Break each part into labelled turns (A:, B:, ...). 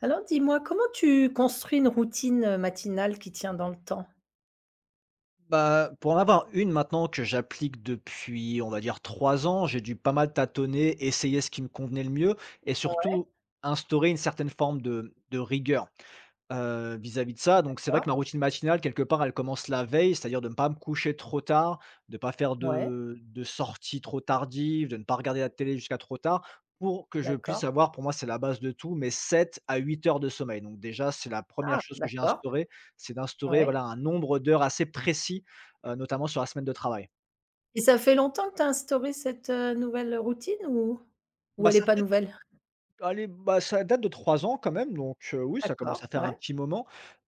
A: Alors dis-moi, comment tu construis une routine, matinale qui tient dans le temps?
B: Bah, pour en avoir une maintenant que j'applique depuis, on va dire 3 ans, j'ai dû pas mal tâtonner, essayer ce qui me convenait le mieux et
A: Ouais,
B: surtout instaurer une certaine forme de rigueur. Vis-à-vis de ça, donc c'est vrai que
A: d'accord.
B: ma routine matinale quelque part, elle commence la veille, c'est-à-dire de ne pas me coucher trop tard, de ne pas faire
A: Ouais,
B: de sorties trop tardives, de ne pas regarder la télé jusqu'à trop tard, pour que je puisse
A: d'accord.
B: avoir, pour moi, c'est la base de tout, mais 7 à 8 heures de sommeil. Donc déjà, c'est la première
A: Ah,
B: chose que j'ai
A: d'accord,
B: instaurée, c'est d'instaurer,
A: ouais,
B: voilà, un nombre d'heures assez précis, notamment sur la semaine de travail.
A: et ça fait longtemps que tu as instauré cette, nouvelle routine ou
B: Bah,
A: elle est
B: ça
A: pas
B: fait
A: nouvelle?
B: Allez, bah, ça date de 3 ans quand même, donc oui, ça commence à
A: D'accord,
B: faire un
A: ouais,
B: petit moment.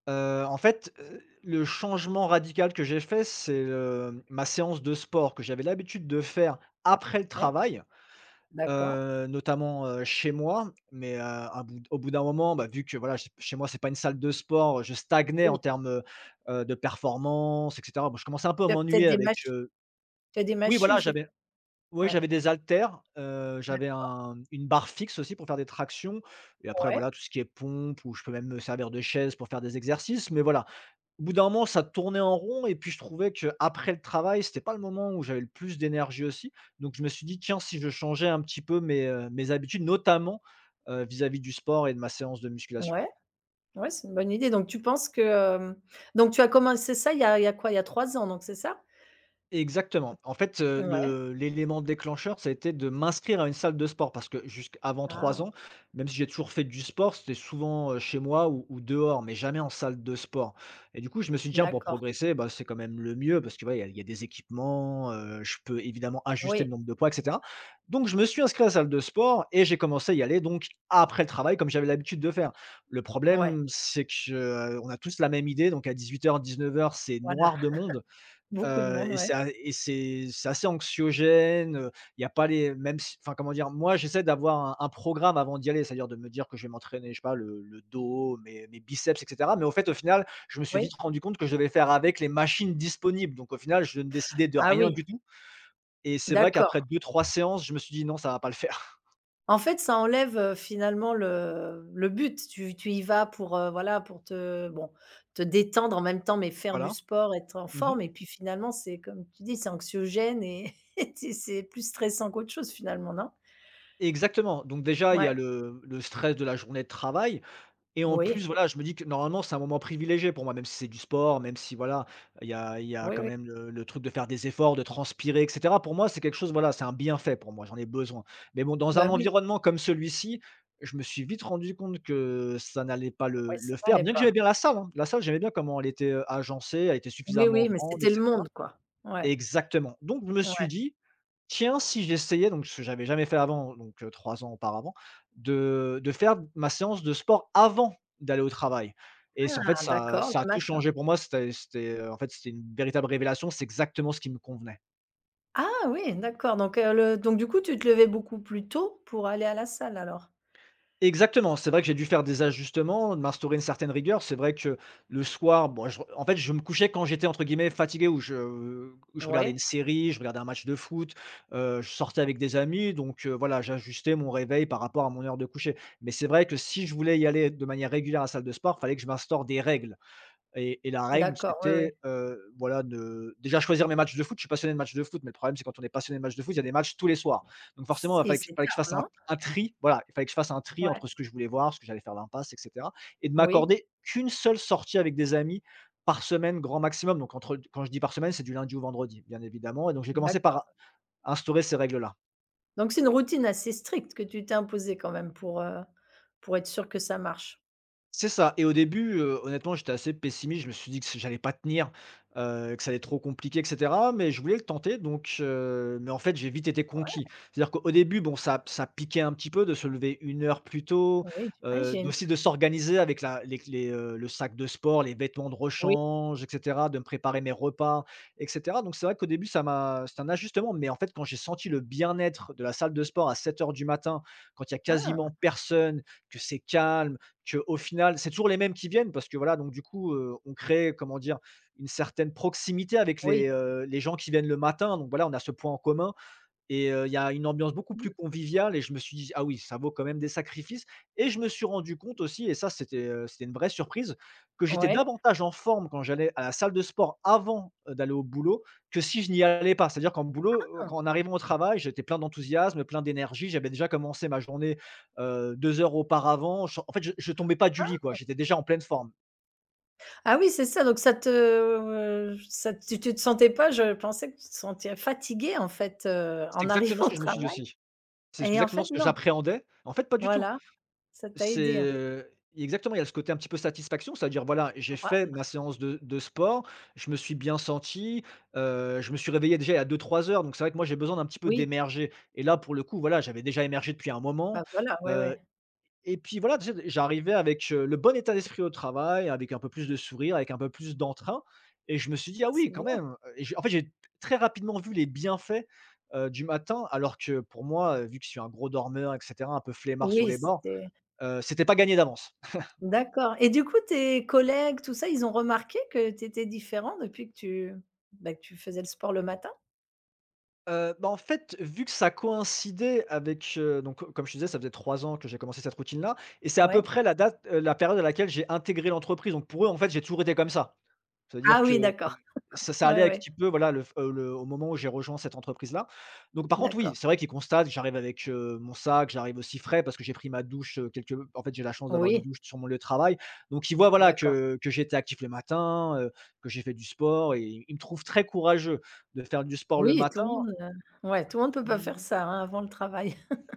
B: En fait, le changement radical que j'ai fait, c'est, ma séance de sport que j'avais l'habitude de faire après le
A: ouais,
B: travail,
A: d'accord.
B: notamment, chez moi. Mais, à bout au bout d'un moment, bah, vu que voilà, ch chez moi, c'est pas une salle de sport, je stagnais en
A: Oui,
B: termes, de performance et cetera. Bon, je commençais un peu à
A: tu as peut-être
B: m'ennuyer
A: des
B: avec,
A: machines tu as des
B: oui,
A: machines
B: voilà,
A: chez
B: j'avais,
A: toi?
B: oui,
A: Ouais,
B: j'avais des haltères, j'avais
A: d'ac,
B: un une barre fixe aussi pour faire des tractions et après
A: ouais,
B: voilà, tout ce qui est pompe ou je peux même me servir de chaise pour faire des exercices, mais voilà. Au bout d'un moment, ça tournait en rond et puis je trouvais que après le travail, c'était pas le moment où j'avais le plus d'énergie aussi, donc je me suis dit: «Tiens, si je changeais un petit peu mes habitudes», notamment, vis-à-vis du sport et de ma séance de musculation.
A: ouais, ouais, c'est une bonne idée, donc tu penses que, hem donc tu as commencé ça il y a quoi? Il y a 3 ans donc, c'est ça?
B: Exactement. En fait,
A: Ouais,
B: le l'élément déclencheur, ça a été de m'inscrire à une salle de sport parce que jusqu'avant 3
A: ah
B: ans, même si j'ai toujours fait du sport, c'était souvent, chez moi ou dehors, mais jamais en salle de sport et du coup, je me suis dit: «Tiens, pour
A: d'accord,
B: progresser, bah, c'est quand même le mieux parce que, ouais, il y a des équipements, je peux évidemment ajuster
A: oui,
B: le nombre de poids et cetera». Donc je me suis inscrit à la salle de sport et j'ai commencé à y aller donc après le travail comme j'avais l'habitude de faire. Le
A: ouais,
B: problème, c'est que, on a tous la même idée donc à 1800 heures, c'est
A: voilà,
B: noir de monde.
A: beaucoup de
B: Heu
A: monde,
B: et
A: ouais,
B: c'est a et c'est c'est assez anxiogène, il y a pas les mêmes si, enfin, comment dire? Moi, j'essaie d'avoir un programme avant d'y aller, c'est-à-dire de me dire que je vais m'entraîner, je sais pas, le dos, mes biceps et cetera. Mais au fait, au final, je me suis
A: oui.
B: vite rendu compte que je devais faire avec les machines disponibles. Donc au final, je ne décidais de
A: Ah
B: rien
A: oui,
B: du tout et c'est vrai qu'après
A: d'accord.
B: deux, trois séances, je me suis dit: «Non, ça va pas le faire».
A: En fait, ça enlève, finalement le but. Tu y vas pour, voilà, pour te, bon, te détendre en même temps, mais faire du
B: Voilà.
A: sport, être en
B: Mmh.
A: forme, et puis finalement, c'est comme tu dis, c'est anxiogène, et tu, c'est plus stressant qu'autre chose finalement, non?
B: Exactement. Donc déjà, il y a
A: Ouais.
B: le stress de la journée de travail. Et en
A: Oui,
B: plus, voilà, je me dis que normalement, c'est un moment privilégié pour moi, même si c'est du sport, même si voilà, il y a
A: oui,
B: quand
A: oui.
B: même le truc de faire des efforts, de transpirer, et cetera. Pour moi, c'est quelque chose, voilà, c'est un bienfait pour moi, j'en ai besoin. Mais bon, dans un
A: Bah oui,
B: environnement comme celui-ci, je me suis vite rendu compte que ça n'allait pas le
A: ouais, ça
B: le faire,
A: m'allait
B: bien que j'aimais
A: pas.
B: bien la salle, hein. La salle, j'aimais bien comment elle était, agencée, elle était
A: Oui,
B: suffisamment
A: oui, mais
B: grande,
A: c'était le
B: etc.
A: monde quoi. Ouais,
B: Exactement. Donc je me suis
A: ouais.
B: dit: «Tiens, si j'essayais» donc ce que j'avais jamais fait avant, donc 3 ans auparavant, de faire ma séance de sport avant d'aller au travail et c'est en fait
A: Ah
B: ça
A: d'accord,
B: ça a
A: le
B: tout
A: mat,
B: changé pour moi. En fait, c'était une véritable révélation. C'est exactement ce qui me convenait.
A: ah oui, d'accord, donc le, donc du coup, tu te levais beaucoup plus tôt pour aller à la salle alors?
B: Exactement, c'est vrai que j'ai dû faire des ajustements, de m'instaurer une certaine rigueur. C'est vrai que le soir, bon, je en fait, je me couchais quand j'étais entre guillemets «fatigué» ou je où je regardais une
A: Oui,
B: série, je regardais un match de foot, je sortais avec des amis donc voilà, j'ajustais mon réveil par rapport à mon heure de coucher. Mais c'est vrai que si je voulais y aller de manière régulière à la salle de sport, fallait que je m'instaure des règles. Et la règle,
A: d'accord, oui, oui.
B: c'était, voilà, de déjà choisir mes matchs de foot. Je suis passionné de matchs de foot, mais le problème, c'est quand on est passionné de matchs de foot, il y a des matchs tous les soirs. Donc forcément, il
A: Et
B: fallait que
A: c'est
B: fallait que je
A: tard,
B: fasse un
A: non?
B: un tri, voilà, il fallait que je fasse un tri
A: Ouais,
B: entre ce que je voulais voir, ce que j'allais faire l'impasse et cetera et de
A: oui,
B: m'accorder qu'une seule sortie avec des amis par semaine, grand maximum. Donc entre quand je dis par semaine, c'est du lundi au vendredi, bien évidemment et donc j'ai commencé par
A: d'accord.
B: instaurer ces règles-là.
A: Donc c'est une routine assez stricte que tu t'es imposée quand même pour être sûr que ça marche?
B: C'est ça et au début, honnêtement, j'étais assez pessimiste. Je me suis dit que j'allais pas tenir, que ça allait être trop compliqué et cetera, mais je voulais le tenter donc mais en fait, j'ai vite été
A: Ouais,
B: conquis. C'est-à-dire qu'au début, bon, ça piquait un petit peu de se lever 1 heure plus tôt,
A: oui, j'imagine.
B: d'aussi de s'organiser avec le sac de sport, les vêtements de
A: Oui.
B: rechange et cetera, de me préparer mes repas et cetera donc c'est vrai qu'au début, ça m'a c'est un ajustement mais en fait, quand j'ai senti le bien-être de la salle de sport à 7 heures du matin, quand il y a
A: Ah,
B: quasiment personne, que c'est calme, qu'au final, c'est toujours les mêmes qui viennent parce que voilà, donc du coup, on crée, comment dire? Une certaine proximité avec
A: oui.
B: les gens qui viennent le matin. Donc voilà, on a ce point en commun et il y a une ambiance beaucoup plus
A: Mmh.
B: conviviale et je me suis dit: «Ah oui, ça vaut quand même des sacrifices» et je me suis rendu compte aussi et c'était une vraie surprise, que j'étais
A: Ouais.
B: davantage en forme quand j'allais à la salle de sport avant, d'aller au boulot que si je n'y allais pas. C'est-à-dire
A: Ah,
B: quand en arrivant au travail, j'étais plein d'enthousiasme, plein d'énergie, j'avais déjà commencé ma journée, 2 heures auparavant. Je en fait, je tombais pas du lit
A: ah.
B: quoi, j'étais déjà en pleine forme.
A: Ah oui, c'est ça, donc ça te, ça, tu tu te sentais pas, je pensais que tu te sentais fatiguée en fait,
B: C'est
A: en
B: exactement
A: arrivant
B: ce
A: au
B: que je me suis dit
A: travail,
B: aussi. C'est
A: et en
B: exactement
A: fait
B: ce que
A: non.
B: j'appréhendais. En fait, pas du tout.
A: Voilà, ça t'a
B: C'est,
A: aidé.
B: heu, exactement, il y a ce côté un petit peu satisfaction, c'est-à-dire voilà, j'ai fait ma séance de sport, je me suis bien senti, je me suis réveillé déjà il y a 2-3 heures, donc c'est vrai que moi j'ai besoin d'un petit peu
A: Oui,
B: d'émerger et là pour le coup, voilà, j'avais déjà émergé depuis un moment,
A: bah, voilà, ouais,
B: heu
A: ouais.
B: et puis voilà, tu sais, j'arrivais avec, le bon état d'esprit au travail, avec un peu plus de sourire, avec un peu plus d'entrain et je me suis dit:
A: Ah,
B: «Ah
A: c'est
B: oui, quand
A: bien.
B: même!» Et j'ai en fait, j'ai très rapidement vu les bienfaits, du matin alors que pour moi, vu que je suis un gros dormeur et cetera, un peu flemmard sur
A: Oui,
B: les bords.
A: c'était…
B: C'était pas gagné d'avance.
A: D'accord, et du coup, tes collègues, tout ça, ils ont remarqué que tu étais différent depuis que tu, bah, que tu faisais le sport le matin?
B: Bah, en fait, vu que ça coïncidait avec, donc co comme je te disais, ça faisait 3 ans que j'ai commencé cette routine-là et c'est à peu
A: Ouais.
B: près la date, la période à laquelle j'ai intégré l'entreprise. Donc pour eux, en fait, j'ai toujours été comme ça. C'est-à-dire
A: Ah
B: que
A: oui, d'accord.
B: ça allait
A: Ouais,
B: un
A: ouais.
B: petit peu, voilà, le f le au moment où j'ai rejoint cette entreprise-là. Donc par contre, oui,
A: D'accord.
B: c'est vrai qu'ils constatent, j'arrive avec, mon sac, j'arrive aussi frais parce que j'ai pris ma douche, quelque en fait, j'ai la chance d'avoir une
A: Oui,
B: douche sur mon lieu de travail. Donc ils voient, voilà,
A: d'accord.
B: que j'étais actif le matin, que j'ai fait du sport et ils me trouvent très courageux de faire du sport le
A: Oui, tout
B: matin.
A: le monde, ouais, tout le monde peut pas faire ça, hein, avant le travail.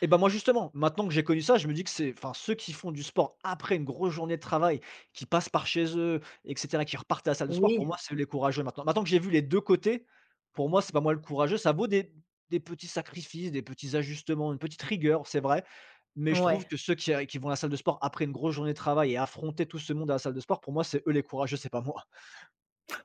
B: Et ben moi, justement, maintenant que j'ai connu ça, je me dis que c'est enfin, ceux qui font du sport après une grosse journée de travail, qui passent par chez eux et cetera, qui repartent à la salle de sport, pour
A: Oui,
B: moi, c'est les courageux maintenant. Maintenant que j'ai vu les 2 côtés, pour moi, c'est pas moi le courageux. Ça vaut des petits sacrifices, des petits ajustements, une petite rigueur, c'est vrai, mais je trouve
A: ouais.
B: que ceux qui vont à la salle de sport après une grosse journée de travail et affronter tout ce monde à la salle de sport, pour moi, c'est eux les courageux, c'est pas moi.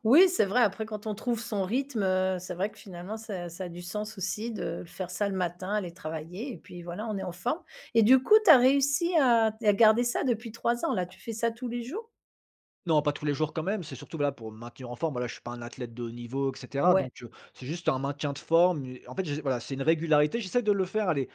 A: Oui, c'est vrai, après quand on trouve son rythme, c'est vrai que finalement ça a du sens aussi de faire ça le matin, aller travailler, et puis voilà, on est en forme, et du coup, tu as réussi à garder ça depuis 3 ans là, tu fais ça tous les jours?
B: Non, pas tous les jours quand même, c'est surtout voilà, pour me maintenir en forme. Voilà, je suis pas un athlète de haut niveau et cetera,
A: Ouais,
B: donc c'est juste un maintien de forme et en fait, j'ai voilà, c'est une régularité. J'essaie de le faire, allez,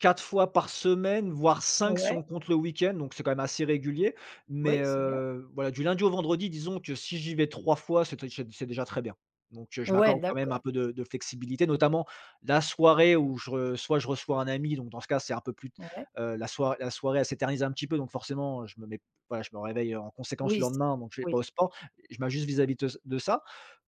B: 4 fois par semaine, voire cinq si
A: ouais.
B: on compte le week-end, donc c'est quand même assez régulier. Mais,
A: Oui, c'est bien.
B: voilà, du lundi au vendredi, disons que si j'y vais 3 fois, c'est déjà très bien. Donc, je
A: Ouais,
B: m'accorde quand même un
A: d'accord,
B: peu de flexibilité, notamment la soirée où je re soit je reçois un ami, donc dans ce cas, c'est un peu plus
A: ouais.
B: la soirée, elle s'éternise un petit peu, donc forcément, je me mets voilà, je me réveille en conséquence le
A: Oui, c'est
B: lendemain, donc je vais pas
A: oui,
B: au sport. Je m'ajuste vis-à-vis de ça.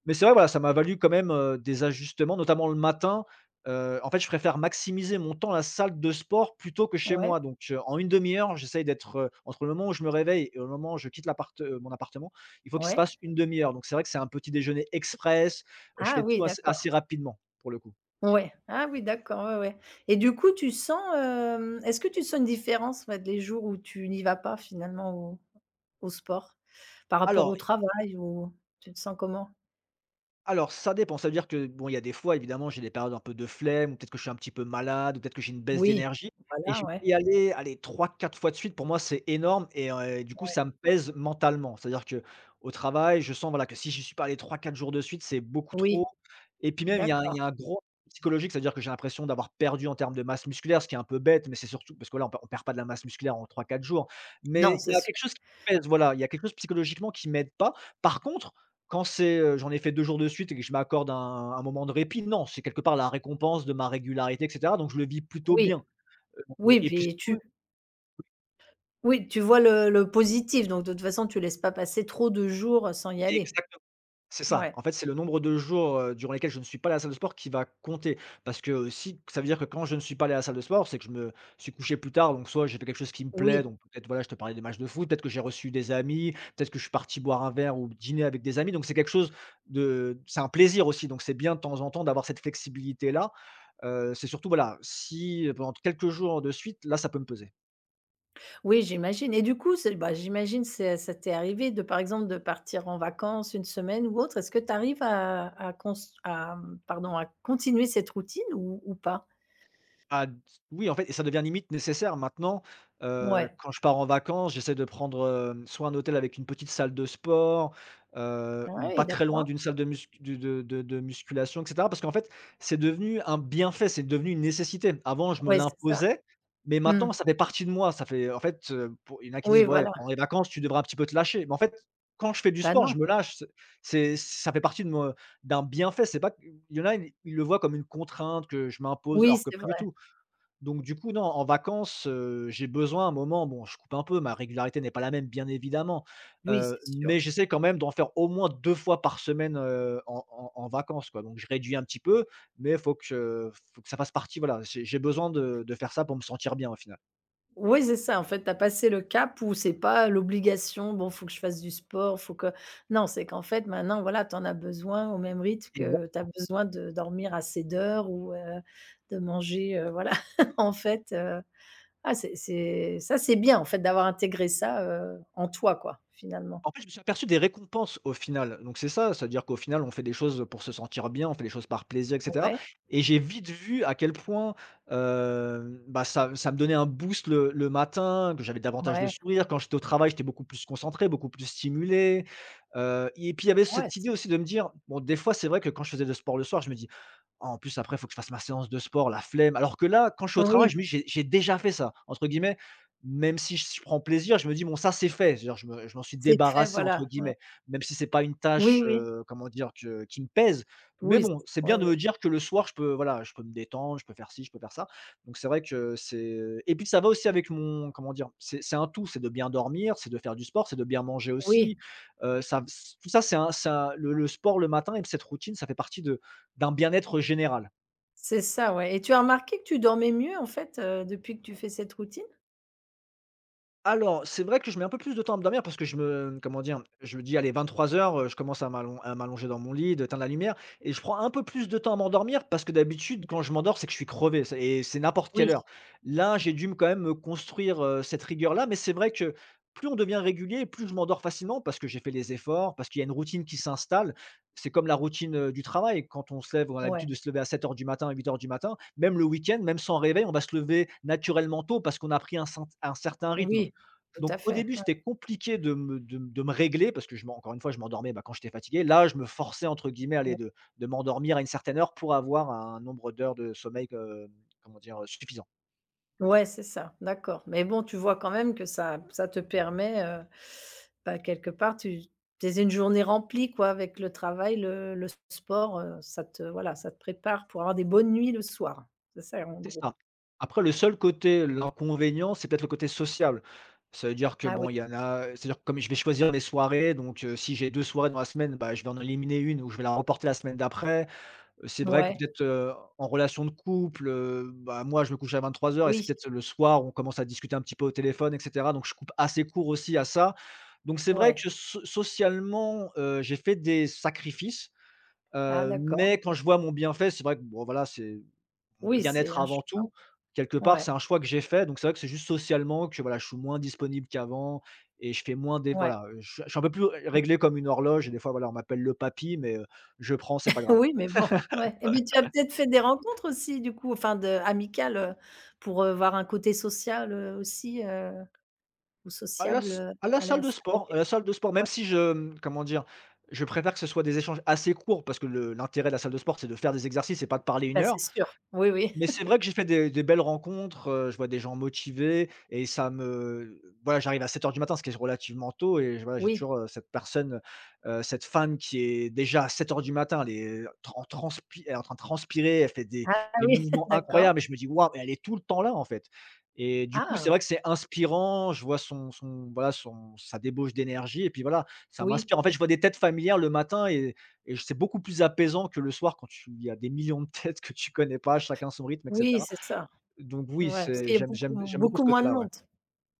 B: Mais c'est vrai, voilà, ça m'a valu quand même, des ajustements, notamment le matin. En fait, je préfère maximiser mon temps à la salle de sport plutôt que chez
A: ouais,
B: moi. Donc, en une demi heure, j'essaye d'être, entre le moment où je me réveille et le moment où je quitte l'appart mon appartement, il faut qu'il se
A: ouais.
B: passe une demi heure. Donc c'est vrai que c'est un petit déjeuner express, je
A: Ah
B: fais
A: oui,
B: tout assez
A: d'accord.
B: rapidement, pour le coup.
A: Ouais. Ah oui, d'accord, ouais, ouais. Et du coup, tu sens, est-ce que tu sens une différence, ouais, les jours où tu n'y vas pas finalement au sport, par rapport
B: Alors
A: au travail, ou tu te sens comment?
B: Alors, ça dépend, ça veut dire que bon, il y a des fois évidemment, j'ai des périodes un peu de flemme ou peut-être que je suis un petit peu malade ou peut-être que j'ai une baisse
A: Oui,
B: d'énergie et
A: voilà,
B: je vais
A: ouais,
B: y aller, allez trois, quatre fois de suite, pour moi c'est énorme et du coup
A: ouais.
B: ça me pèse mentalement. C'est-à-dire que au travail, je sens voilà que si je suis pas allé 3, 4 jours de suite, c'est beaucoup trop
A: Oui,
B: et puis même il y a un il
A: d'accord.
B: y a un gros psychologique, c'est-à-dire que j'ai l'impression d'avoir perdu en termes de masse musculaire, ce qui est un peu bête, mais c'est surtout parce que là on perd pas de la masse musculaire en 3, 4 jours.
A: Non,
B: Mais il y
A: c'est
B: a
A: sûr.
B: quelque chose qui pèse, voilà, il y a quelque chose psychologiquement qui m'aide pas. Par contre quand c'est, j'en ai fait 2 jours de suite et que je m'accorde un moment de répit, non, c'est quelque part la récompense de ma régularité et cetera, donc je le vis plutôt
A: Oui,
B: bien,
A: oui,
B: et puis
A: puis tu,
B: surtout
A: oui, tu vois le positif, donc de toute façon, tu laisses pas passer trop de jours, sans y aller.
B: exactement. C'est ça.
A: Ouais,
B: En fait, c'est le nombre de jours, durant lesquels je ne suis pas allé à la salle de sport qui va compter. Parce que si ça veut dire que quand je ne suis pas allé à la salle de sport, c'est que je me suis couché plus tard, donc soit j'ai fait quelque chose qui me plaît,
A: oui.
B: donc peut-être, voilà, je te parlais des matchs de foot, peut-être que j'ai reçu des amis, peut-être que je suis parti boire un verre ou dîner avec des amis, donc c'est quelque chose de c'est un plaisir aussi, donc c'est bien de temps en temps d'avoir cette flexibilité-là. C'est surtout, voilà, si, pendant quelques jours de suite, là, ça peut me peser.
A: Oui, j'imagine, et du coup, c'est, bah, j'imagine c'est, ça t'est arrivé de, par exemple, de partir en vacances une semaine ou autre. Est-ce que tu arrives à cons, à, mmh, pardon, à continuer cette routine ou pas?
B: Ah d Oui, en fait, et ça devient limite nécessaire maintenant,
A: Ouais.
B: quand je pars en vacances, j'essaie de prendre, soit un hôtel avec une petite salle de sport, ou
A: Ouais,
B: pas très loin
A: d'accord.
B: d'une salle de muscu du de musculation et cetera. Parce qu'en fait, c'est devenu un bienfait, c'est devenu une nécessité. Avant, je me
A: Ouais, c'est ça.
B: l'imposais, mais
A: Mmh.
B: maintenant ça fait partie de moi. Ça fait en fait, pour il y en a qui disent:
A: Oui,
B: «Ouais,
A: voilà.
B: pendant les vacances, tu devrais un petit peu te lâcher». Mais en fait, quand je fais du
A: Bah,
B: sport,
A: non.
B: je me lâche, c'est ça fait partie de me d'un bienfait. C'est pas il y en a, ils le voient comme une contrainte que je m'impose,
A: Oui,
B: alors que
A: c'est
B: pas du
A: vrai.
B: tout. Donc du coup, non, en vacances, j'ai besoin un moment bon, je coupe un peu, ma régularité n'est pas la même, bien évidemment,
A: Oui, c'est
B: mais
A: sûr.
B: j'essaie quand même d'en faire au moins 2 fois par semaine, en vacances, quoi. Donc je réduis un petit peu, mais faut que ça fasse partie, voilà, j'ai besoin de faire ça pour me sentir bien, au final.
A: Oui, c'est ça, en fait, tu as passé le cap où c'est pas l'obligation: «Bon, faut que je fasse du sport, faut que», non, c'est qu'en fait, maintenant, voilà, tu en as besoin au même rythme que tu as besoin de dormir assez d'heures, ou, de manger, voilà, en fait, ah, c'est ça, c'est bien, en fait, d'avoir intégré ça, en toi, quoi, finalement.
B: En fait, je me suis aperçu des récompenses au final, donc c'est ça, c'est-à-dire qu'au final, on fait des choses pour se sentir bien, on fait des choses par plaisir et cetera
A: Ouais,
B: et j'ai vite vu à quel point, ça me donnait un boost le matin, que j'avais davantage de
A: ouais,
B: sourire quand j'étais au travail, j'étais beaucoup plus concentré, beaucoup plus stimulé, et puis il y avait
A: ouais,
B: cette idée
A: c'est
B: aussi de me dire bon, des fois, c'est vrai que quand je faisais de sport le soir, je me en plus, après, il faut que je fasse ma séance de sport, la flemme. Alors que là, quand je suis au travail,
A: oui,
B: je me dis: «J'ai déjà fait ça», entre guillemets. Même si je prends plaisir, je me dis: «Bon, ça, c'est fait». C'est-à-dire, je m'en suis
A: c'est fait,
B: «débarrassé» entre
A: voilà, ouais.
B: guillemets, même si c'est pas une
A: Oui,
B: tâche,
A: oui,
B: comment dire? Que qui me pèse. Mais
A: oui, c,
B: bon, c'est
A: oui,
B: bien de
A: oui.
B: me dire que le soir, je peux, voilà, je peux me détendre, je peux faire ci, je peux faire ça. Donc c'est vrai que c'est et puis ça va aussi avec mon comment dire? C'est un tout, c'est de bien dormir, c'est de faire du sport, c'est de bien manger aussi.
A: Oui,
B: Ça tout ça, c'est un ça le sport le matin et cette routine, ça fait partie de d'un bien-être général.
A: c'est ça, ouais, et tu as remarqué que tu dormais mieux, en fait, depuis que tu fais cette routine?
B: Alors, c'est vrai que je mets un peu plus de temps à me dormir parce que je me comment dire? Je me dis: «Allez, 23:00, je commence à m'allonger dans mon lit, d'éteindre la lumière» et je prends un peu plus de temps à m'endormir parce que d'habitude, quand je m'endors, c'est que je suis crevé, c'est et c'est n'importe quelle
A: Oui,
B: heure. Là, j'ai dû me quand même me construire, cette rigueur-là, mais c'est vrai que plus on devient régulier, plus je m'endors facilement parce que j'ai fait les efforts, parce qu'il y a une routine qui s'installe. C'est comme la routine, du travail. Quand on se lève, on a l'habitude
A: ouais,
B: de se lever à 7 heures du matin, à 8 heures du matin. Même le week-end, même sans réveil, on va se lever naturellement tôt parce qu'on a pris un certain rythme.
A: oui, tout
B: Donc
A: à
B: au
A: fait.
B: début,
A: Ouais,
B: c'était compliqué de me régler parce que je m'en encore une fois, je m'endormais, bah, quand j'étais fatigué. Là, je me forçais entre guillemets, allez,
A: ouais.
B: de m'endormir à une certaine heure pour avoir un nombre d'heures de sommeil, comment dire? Suffisant.
A: Ouais, c'est ça, d'accord. Mais bon, tu vois quand même que ça te permet, bah, quelque part, tu, t'es une journée remplie, quoi, avec le travail, le sport, ça te, voilà, ça te prépare pour avoir des bonnes nuits le soir. C'est ça, en
B: C'est
A: gros?
B: ça. Après le seul côté l'inconvénient, c'est peut-être le côté social. Ça veut dire que
A: Ah oui,
B: bon, il y en a c'est-à-dire que comme je vais choisir mes soirées, donc si j'ai 2 soirées dans la semaine, bah, je vais en éliminer une ou je vais la reporter la semaine d'après. C'est vrai que
A: ouais,
B: peut-être, en relation de couple, moi je me couche à 23 heures et c'est
A: oui,
B: peut-être le soir où on commence à discuter un petit peu au téléphone et cetera, donc je coupe assez court aussi à ça. Donc c'est vrai
A: ouais.
B: que socialement, j'ai fait des sacrifices,
A: Ah d'accord.
B: mais quand je vois mon bienfait, c'est vrai que bon voilà, c'est mon
A: Oui, c'est
B: bien-être
A: un
B: avant tout.
A: choix.
B: Quelque part,
A: Ouais,
B: c'est un choix que j'ai fait, donc c'est vrai que c'est juste socialement que voilà, je suis moins disponible qu'avant et je fais moins des
A: ouais.
B: voilà, je suis un peu plus réglé comme une horloge et des fois voilà, on m'appelle le papy mais, je prends, c'est pas grave.
A: Oui, mais bon, ouais. Et mais tu as peut-être fait des rencontres aussi du coup, enfin de amicales, pour, voir un côté social, aussi, ou sociable, à la salle de
B: À
A: gym?
B: la salle de sport,
A: Ouais.
B: même si je, comment dire? Je préfère que ce soit des échanges assez courts parce que le l'intérêt de la salle de sport, c'est de faire des exercices et pas de parler une
A: Bah, c'est
B: heure.
A: sûr. Oui, oui.
B: Mais c'est vrai que j'ai fait des belles rencontres, je vois des gens motivés et ça me voilà, j'arrive à 7 heures du matin, ce qui est relativement tôt et je voilà, j'ai
A: Oui.
B: toujours, cette personne, cette femme qui est déjà à 7 heures du matin, elle est tran en transpi elle est en train de transpirer, elle fait
A: Ah
B: des
A: oui,
B: mouvements
A: d'accord.
B: incroyables et je me dis: «Waouh, mais elle est tout le temps là, en fait» et du coup, c'est
A: Ah!
B: vrai que c'est inspirant, je vois son son voilà, son sa débauche d'énergie et puis voilà, ça
A: Oui.
B: m'inspire. En fait, je vois des têtes familières le matin et c'est beaucoup plus apaisant que le soir quand tu il y a des millions de têtes que tu connais pas, chacun son rythme et
A: Oui,
B: cetera.
A: c'est ça.
B: Donc oui,
A: Ouais, parce
B: c'est
A: qu'il y a
B: j'aime
A: beaucoup
B: j'aime j'aime beaucoup ce
A: moins de
B: côté-là, ouais,
A: monde.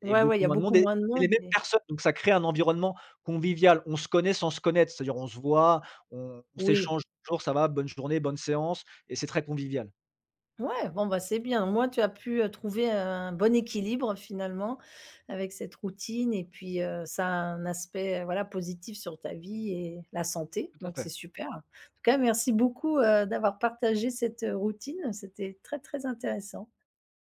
B: et
A: Ouais, ouais, il
B: beaucoup
A: y a
B: moins de
A: beaucoup
B: monde
A: moins de
B: et les
A: monde,
B: mêmes
A: et
B: personnes, donc ça crée un environnement convivial. On se connaît sans se connaître, c'est-à-dire on se voit, on
A: oui.
B: s'échange: «Bonjour, ça va? Bonne journée, bonne séance» et c'est très convivial.
A: Ouais, bon, bah, c'est bien. Au moins, tu as pu, trouver un bon équilibre finalement avec cette routine, et puis, ça a un aspect, voilà, positif sur ta vie et la santé,
B: Tout à
A: donc c'est
B: fait.
A: super. En tout cas, merci beaucoup, d'avoir partagé cette routine. C'était très, très intéressant.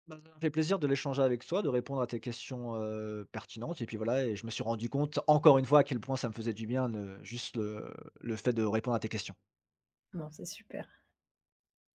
B: Bah, ça m'a fait plaisir de l'échanger avec toi, de répondre à tes questions, pertinentes et puis voilà et je me suis rendu compte encore une fois à quel point ça me faisait du bien de juste le fait de répondre à tes questions.
A: Bon, c'est super.